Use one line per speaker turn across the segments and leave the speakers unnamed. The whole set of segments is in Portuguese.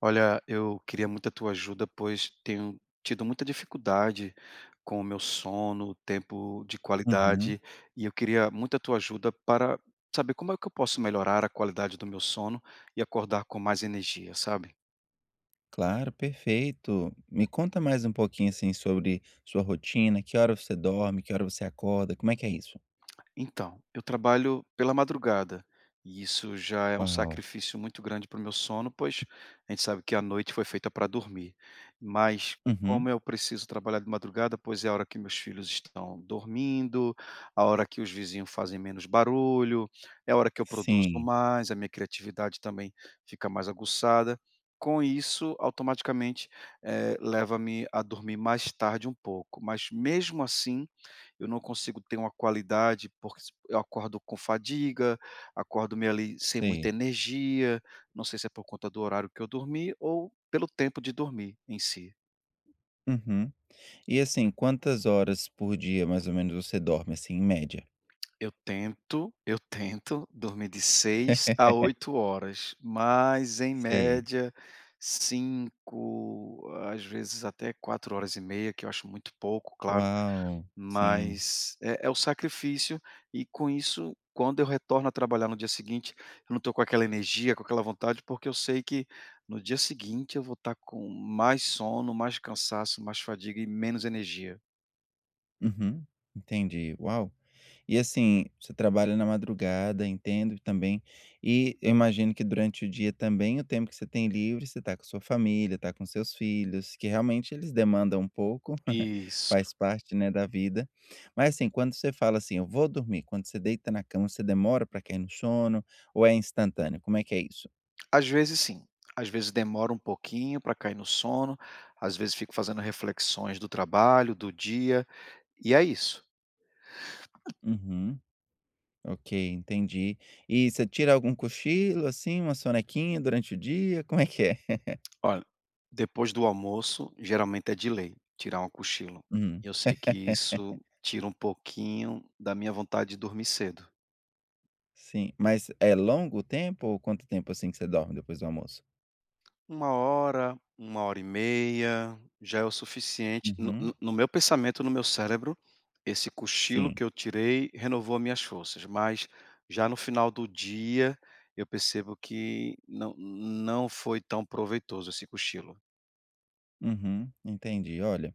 Olha, eu queria muito a tua ajuda, pois tenho tido muita dificuldade com o meu sono, tempo de
Uhum.
qualidade, e eu queria muito a tua ajuda para saber como é que eu posso melhorar a qualidade do meu sono e acordar com mais energia, sabe?
Claro, perfeito. Me conta mais um pouquinho, assim, sobre sua rotina, que hora você dorme, que hora você acorda, como é que é isso?
Então, eu trabalho pela madrugada, e isso já é um
Uau.
sacrifício muito grande para o meu sono, pois a gente sabe que a noite foi feita para dormir. Mas como
Uhum.
eu preciso trabalhar de madrugada, pois é a hora que meus filhos estão dormindo, a hora que os vizinhos fazem menos barulho, é a hora que eu produzo
Sim,
mais, a minha criatividade também fica mais aguçada. Com isso, automaticamente, leva-me a dormir mais tarde um pouco, mas mesmo assim eu não consigo ter uma qualidade, porque s eu acordo com fadiga, acordo meio ali sem muita
sei.
energia, não sei se é por conta do horário que eu dormi ou pelo tempo de dormir em si.
Uhum. E, assim, quantas horas por dia, mais ou menos, você dorme, assim, em média?
Eu tento dormir de 6 a 8 horas, mas em
Sei.
média 5, às vezes até 4 horas e meia, que eu acho muito pouco, claro.
Uau, sim.
Mas é o sacrifício e, com isso, quando eu retorno a trabalhar no dia seguinte, eu não estou com aquela energia, com aquela vontade, porque eu sei que no dia seguinte eu vou estar com mais sono, mais cansaço, mais fadiga e menos energia.
Uhum. Entendi, uau. E assim, você trabalha na madrugada, entendo também. E eu imagino que durante o dia também, o tempo que você tem livre, você está com sua família, está com seus filhos, que realmente eles demandam um pouco,
Isso.
faz parte, né, da vida. Mas assim, quando você fala assim, eu vou dormir, quando você deita na cama, você demora para cair no sono ou é instantâneo? Como é que é isso?
Às vezes sim, às vezes demora um pouquinho para cair no sono, às vezes fico fazendo reflexões do trabalho, do dia, e é isso.
Uhum. Ok, entendi. E você tira algum cochilo, assim, uma sonequinha durante o dia? Como é que é?
Olha, depois do almoço, geralmente é de lei tirar um cochilo.
Uhum.
Eu sei que isso tira um pouquinho da minha vontade de dormir cedo.
Sim, mas é longo o tempo ou quanto tempo, assim, que você dorme depois do almoço?
Uma hora e meia, já é o suficiente. No
Uhum,
no no meu pensamento, no meu cérebro, esse cochilo
sim.
que eu tirei renovou minhas forças, mas já no final do dia, eu percebo que não foi tão proveitoso esse cochilo.
Uhum, entendi. Olha,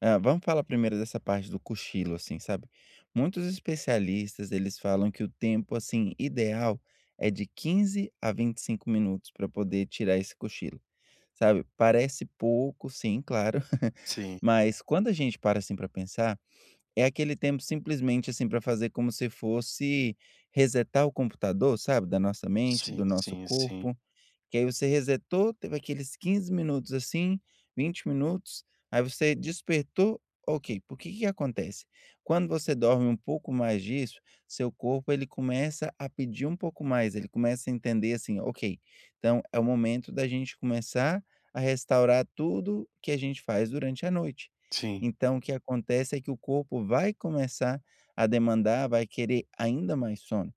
ah, vamos falar primeiro dessa parte do cochilo, assim, sabe? Muitos especialistas, eles falam que o tempo, assim, ideal é de 15 a 25 minutos para poder tirar esse cochilo, sabe? Parece pouco, sim, claro,
Sim,
mas quando a gente para, assim, para pensar. É aquele tempo simplesmente, assim, para fazer como se fosse resetar o computador, sabe, da nossa mente, do
sim,
nosso
sim, sim,
corpo. Que aí você resetou, teve aqueles 15 minutos assim, 20 minutos, aí você despertou, ok. Por que que acontece? Quando você dorme um pouco mais disso, seu corpo ele começa a pedir um pouco mais, ele começa a entender assim, ok, então é o momento da gente começar a restaurar tudo que a gente faz durante a noite.
sim.
Então, o que acontece é que o corpo vai começar a demandar, vai querer ainda mais sono.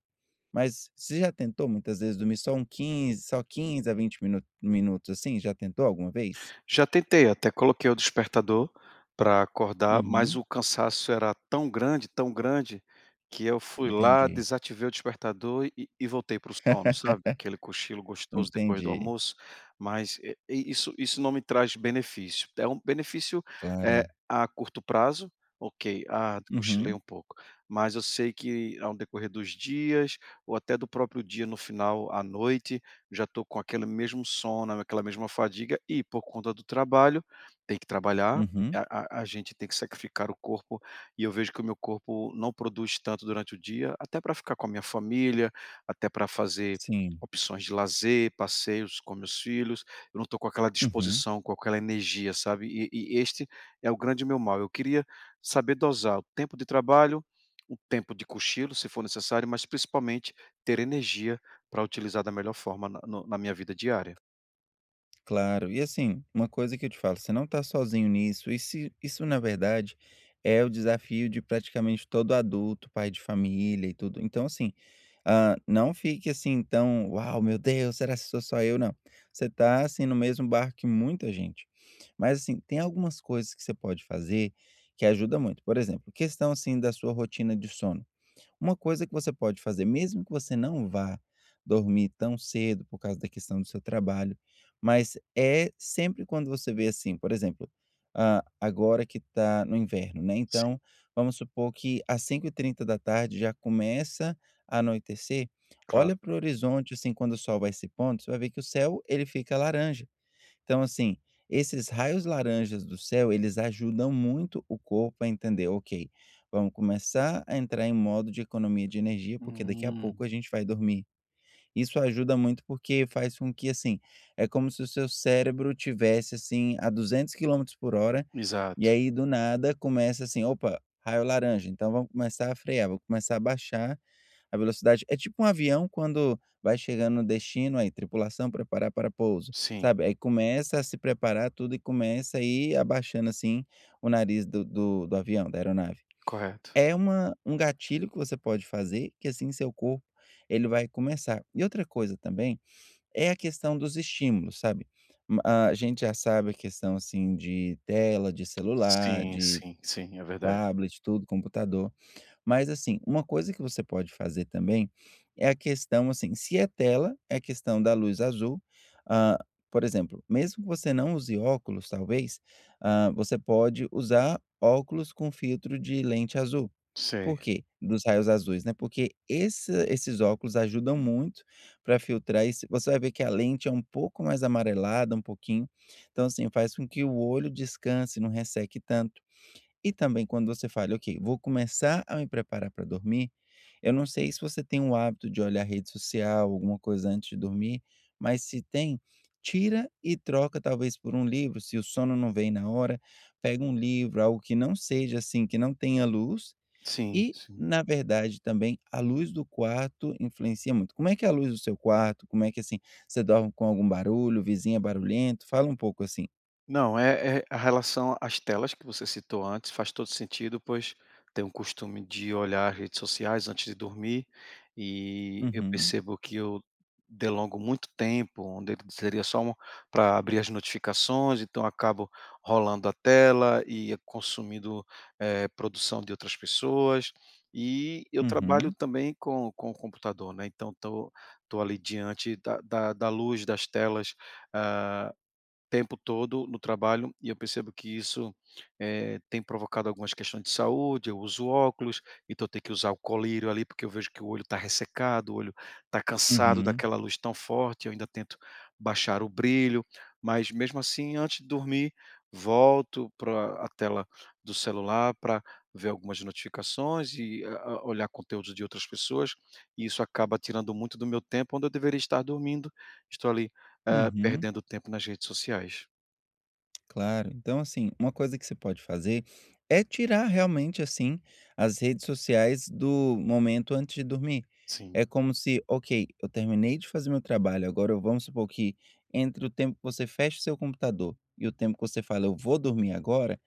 Mas você já tentou muitas vezes dormir só 15 a 20 minutos, assim, já tentou alguma vez?
Já tentei, até coloquei o despertador para acordar, mas
Uhum,
o cansaço era tão grande, que eu fui lá,
entendi,
desativei o despertador e voltei para o sono, sabe, aquele cochilo gostoso depois do
entendi,
almoço, mas, e isso não me traz benefício. É um benefício,
claro.
a curto prazo, ok, ah, cochilei
Uhum,
um pouco, mas eu sei que ao decorrer dos dias, ou até do próprio dia no final, à noite, já estou com aquele mesmo sono, aquela mesma fadiga e, por conta do trabalho, tem que trabalhar,
uhum,
a gente tem que sacrificar o corpo e eu vejo que o meu corpo não produz tanto durante o dia, até para ficar com a minha família, até para fazer
sim,
opções de lazer, passeios com meus filhos, eu não estou com aquela
uhum,
disposição, com aquela energia, sabe. E este é o grande meu mal, eu queria saber dosar o tempo de trabalho, o tempo de cochilo, se for necessário, mas principalmente ter energia para utilizar da melhor forma na no na minha vida diária.
claro. E assim, uma coisa que eu te falo, você não tá sozinho nisso, e isso na verdade é o desafio de praticamente todo adulto, pai de família e tudo. Então assim, ah, não fique assim tão: "Uau, meu Deus, será que sou só eu?" Não, você tá assim no mesmo barco que muita gente. Mas, assim, tem algumas coisas que você pode fazer que ajuda muito. Por exemplo, questão, assim, da sua rotina de sono. Uma coisa que você pode fazer, mesmo que você não vá dormir tão cedo por causa da questão do seu trabalho, mas é sempre quando você vê assim, por exemplo, ah, agora que está no inverno, né?
Sim,
Então, vamos supor que às 5h30 da tarde já começa a anoitecer.
claro.
Olha para o horizonte, assim, quando o sol vai se pondo, você vai ver que o céu ele fica laranja. Então, assim, esses raios laranjas do céu, eles ajudam muito o corpo a entender: "Ok, vamos começar a entrar em modo de economia de energia, porque daqui a
Hum,
pouco a gente vai dormir". Isso ajuda muito, porque faz com que, assim, é como se o seu cérebro tivesse, assim, a 200 km/h, e
exato.
aí do nada começa assim: "Opa, raio laranja, então vamos começar a frear, vamos começar a baixar a velocidade. É tipo um avião quando vai chegando no destino, aí tripulação preparar para pouso,
Sim,
sabe, aí começa a se preparar tudo e começa a ir abaixando, assim, o nariz do avião, da aeronave.
correto.
É uma um gatilho que você pode fazer, que assim seu corpo, ele vai começar. E outra coisa também, é a questão dos estímulos, sabe. Ma a gente já sabe a questão, assim, de tela, de celular,
Sim,
de
sim, sim, é verdade.
tablet, tudo, computador. Mas assim, uma coisa que você pode fazer também é a questão assim, se é tela, é a questão da luz azul. Ah, por exemplo, mesmo que você não use óculos, talvez, ah, você pode usar óculos com filtro de lente azul.
Sei.
Por quê? Dos raios azuis, né? Porque esses óculos ajudam muito para filtrar. Esse, você vai ver que a lente é um pouco mais amarelada, um pouquinho. Então, assim, faz com que o olho descanse, não resseque tanto. E também quando você fala: "Ok, vou começar a me preparar para dormir", eu não sei se você tem o hábito de olhar rede social, alguma coisa antes de dormir, mas se tem, tira e troca talvez por um livro, se o sono não vem na hora, pega um livro, algo que não seja, assim, que não tenha luz
Sim,
e,
sim.
na verdade, também a luz do quarto influencia muito. Como é que é a luz do seu quarto? Como é que, assim, você dorme com algum barulho, vizinha barulhento? Fala um pouco assim.
Não, é a relação às telas que você citou antes faz todo sentido, pois tenho o costume de olhar redes sociais antes de dormir e eu
Uhum,
percebo que eu delongo muito tempo, onde ele seria só um para abrir as notificações, então acabo rolando a tela e consumindo, produção de outras pessoas. E eu trabalho
uhum,
também com o computador, né, então estou tô tô ali diante da luz das telas, ah, tempo todo no trabalho e eu percebo que isso, tem provocado algumas questões de saúde. Eu uso óculos, então eu tenho que usar o colírio ali, porque eu vejo que o olho está ressecado, o olho está cansado
uhum,
daquela luz tão forte. Eu ainda tento baixar o brilho, mas mesmo assim, antes de dormir, volto para a tela do celular para ver algumas notificações e a olhar conteúdos de outras pessoas, e isso acaba tirando muito do meu tempo, onde eu deveria estar dormindo. Estou ali
uhum.
perdendo tempo nas redes sociais.
Claro. Então, assim, uma coisa que você pode fazer é tirar realmente, assim, as redes sociais do momento antes de dormir.
Sim,
É como se, ok, eu terminei de fazer meu trabalho, agora vamos supor que entre o tempo que você fecha o seu computador e o tempo que você fala, eu vou dormir agora.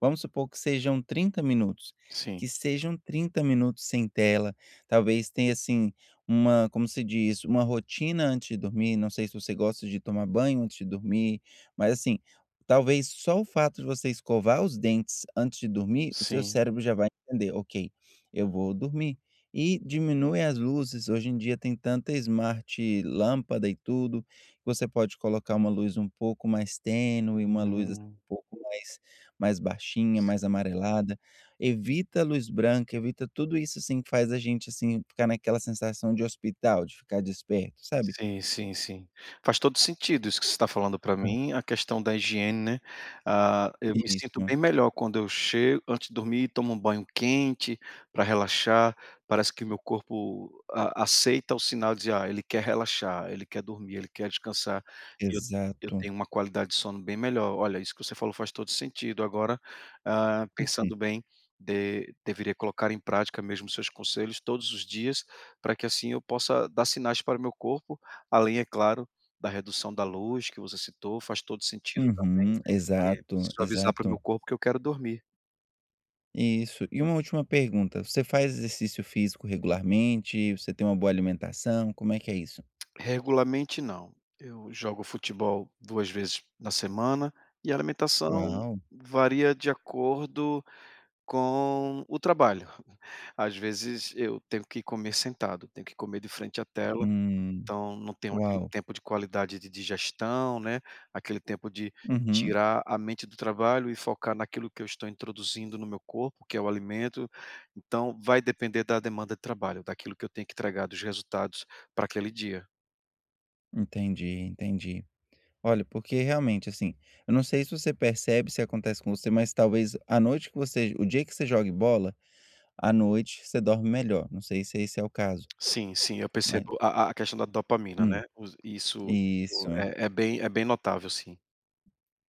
Vamos supor que sejam 30 minutos,
sim,
que sejam 30 minutos sem tela, talvez tenha, assim, uma como se diz, uma rotina antes de dormir, não sei se você gosta de tomar banho antes de dormir, mas, assim, talvez só o fato de você escovar os dentes antes de dormir, o seu
sim.
cérebro já vai entender: "Ok, eu vou dormir". E diminui as luzes, hoje em dia tem tanta smart lâmpada e tudo, que você pode colocar uma luz um pouco mais tênue, uma luz, assim,
Hum.
um pouco mais mais baixinha,
Sim.
mais amarelada. Evita a luz branca, evita tudo isso, assim, que faz a gente, assim, ficar naquela sensação de hospital, de ficar desperto, sabe?
Sim, sim, sim. Faz todo sentido isso que você está falando para mim, a questão da higiene, né. Ah, eu me sinto
Isso,
bem melhor quando eu chego antes de dormir, tomo um banho quente para relaxar, parece que o meu corpo a aceita o sinal de dizer, "Ah, ele quer relaxar, ele quer dormir, ele quer descansar", e eu
exato.
tenho uma qualidade de sono bem melhor. Olha, isso que você falou faz todo sentido. Agora,
Uhum.
pensando bem, de deveria colocar em prática mesmo seus conselhos todos os dias para que assim eu possa dar sinais para o meu corpo, além, é claro, da redução da luz que você citou, faz todo sentido também,
Uhum, exato,
preciso avisar para o meu
exato.
corpo que eu quero dormir.
Isso. E uma última pergunta, você faz exercício físico regularmente? Você tem uma boa alimentação? Como é que é isso?
Regularmente não, eu jogo futebol 2 vezes na semana, e a alimentação
Uau!
varia de acordo com o trabalho. Às vezes eu tenho que comer sentado, tenho que comer de frente à tela.
Hum,
Então, não tenho aquele
uau.
tempo de qualidade de digestão, né, aquele tempo de
Uhum,
tirar a mente do trabalho e focar naquilo que eu estou introduzindo no meu corpo, que é o alimento. Então, vai depender da demanda de trabalho, daquilo que eu tenho que entregar, dos resultados para aquele dia.
entendi, entendi. Olha, porque realmente, assim, eu não sei se você percebe se acontece com você, mas talvez a noite que você o dia que você jogue bola, à noite você dorme melhor, não sei se esse é o caso,
Sim, sim, eu
mas
percebo a questão da dopamina,
hum,
né, os isso
isso.
é bem, bem notável, sim.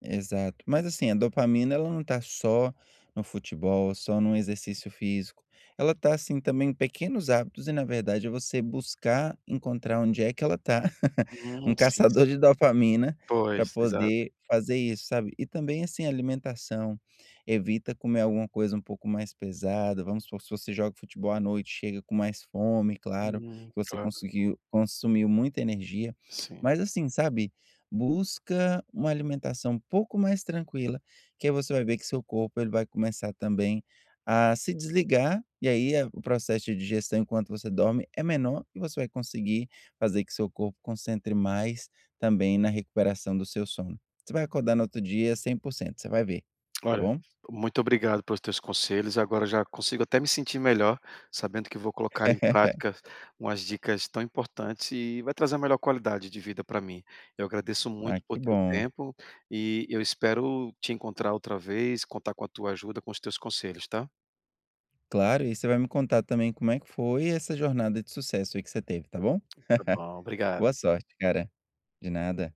Exato. Mas assim, a dopamina ela não está só no futebol, só no exercício físico. Ela está assim também em pequenos hábitos e na verdade é você buscar encontrar onde é que ela está. Um
Sim, sim.
caçador de dopamina para
Pois, exato.
poder fazer isso, sabe? E também assim, alimentação. Evita comer alguma coisa um pouco mais pesada. Vamos supor, se você joga futebol à noite, chega com mais fome, claro, que você
Claro,
conseguiu consumiu muita energia.
sim.
Mas assim, sabe? Busca uma alimentação um pouco mais tranquila, que aí você vai ver que seu corpo ele vai começar também a se desligar, e aí a o processo de digestão enquanto você dorme é menor e você vai conseguir fazer que seu corpo concentre mais também na recuperação do seu sono. Você vai acordar no outro dia 100%, você vai ver, tá
Olha,
bom?
muito obrigado pelos teus conselhos. Agora já consigo até me sentir melhor, sabendo que vou colocar em prática umas dicas tão importantes e vai trazer a melhor qualidade de vida para mim. Eu agradeço muito
Ah,
por
que
teu
bom.
tempo e eu espero te encontrar outra vez, contar com a tua ajuda, com os teus conselhos, tá?
Claro, e você vai me contar também como é que foi essa jornada de sucesso aí que você teve, tá bom?
Tá bom, obrigado.
Boa sorte, cara. De nada.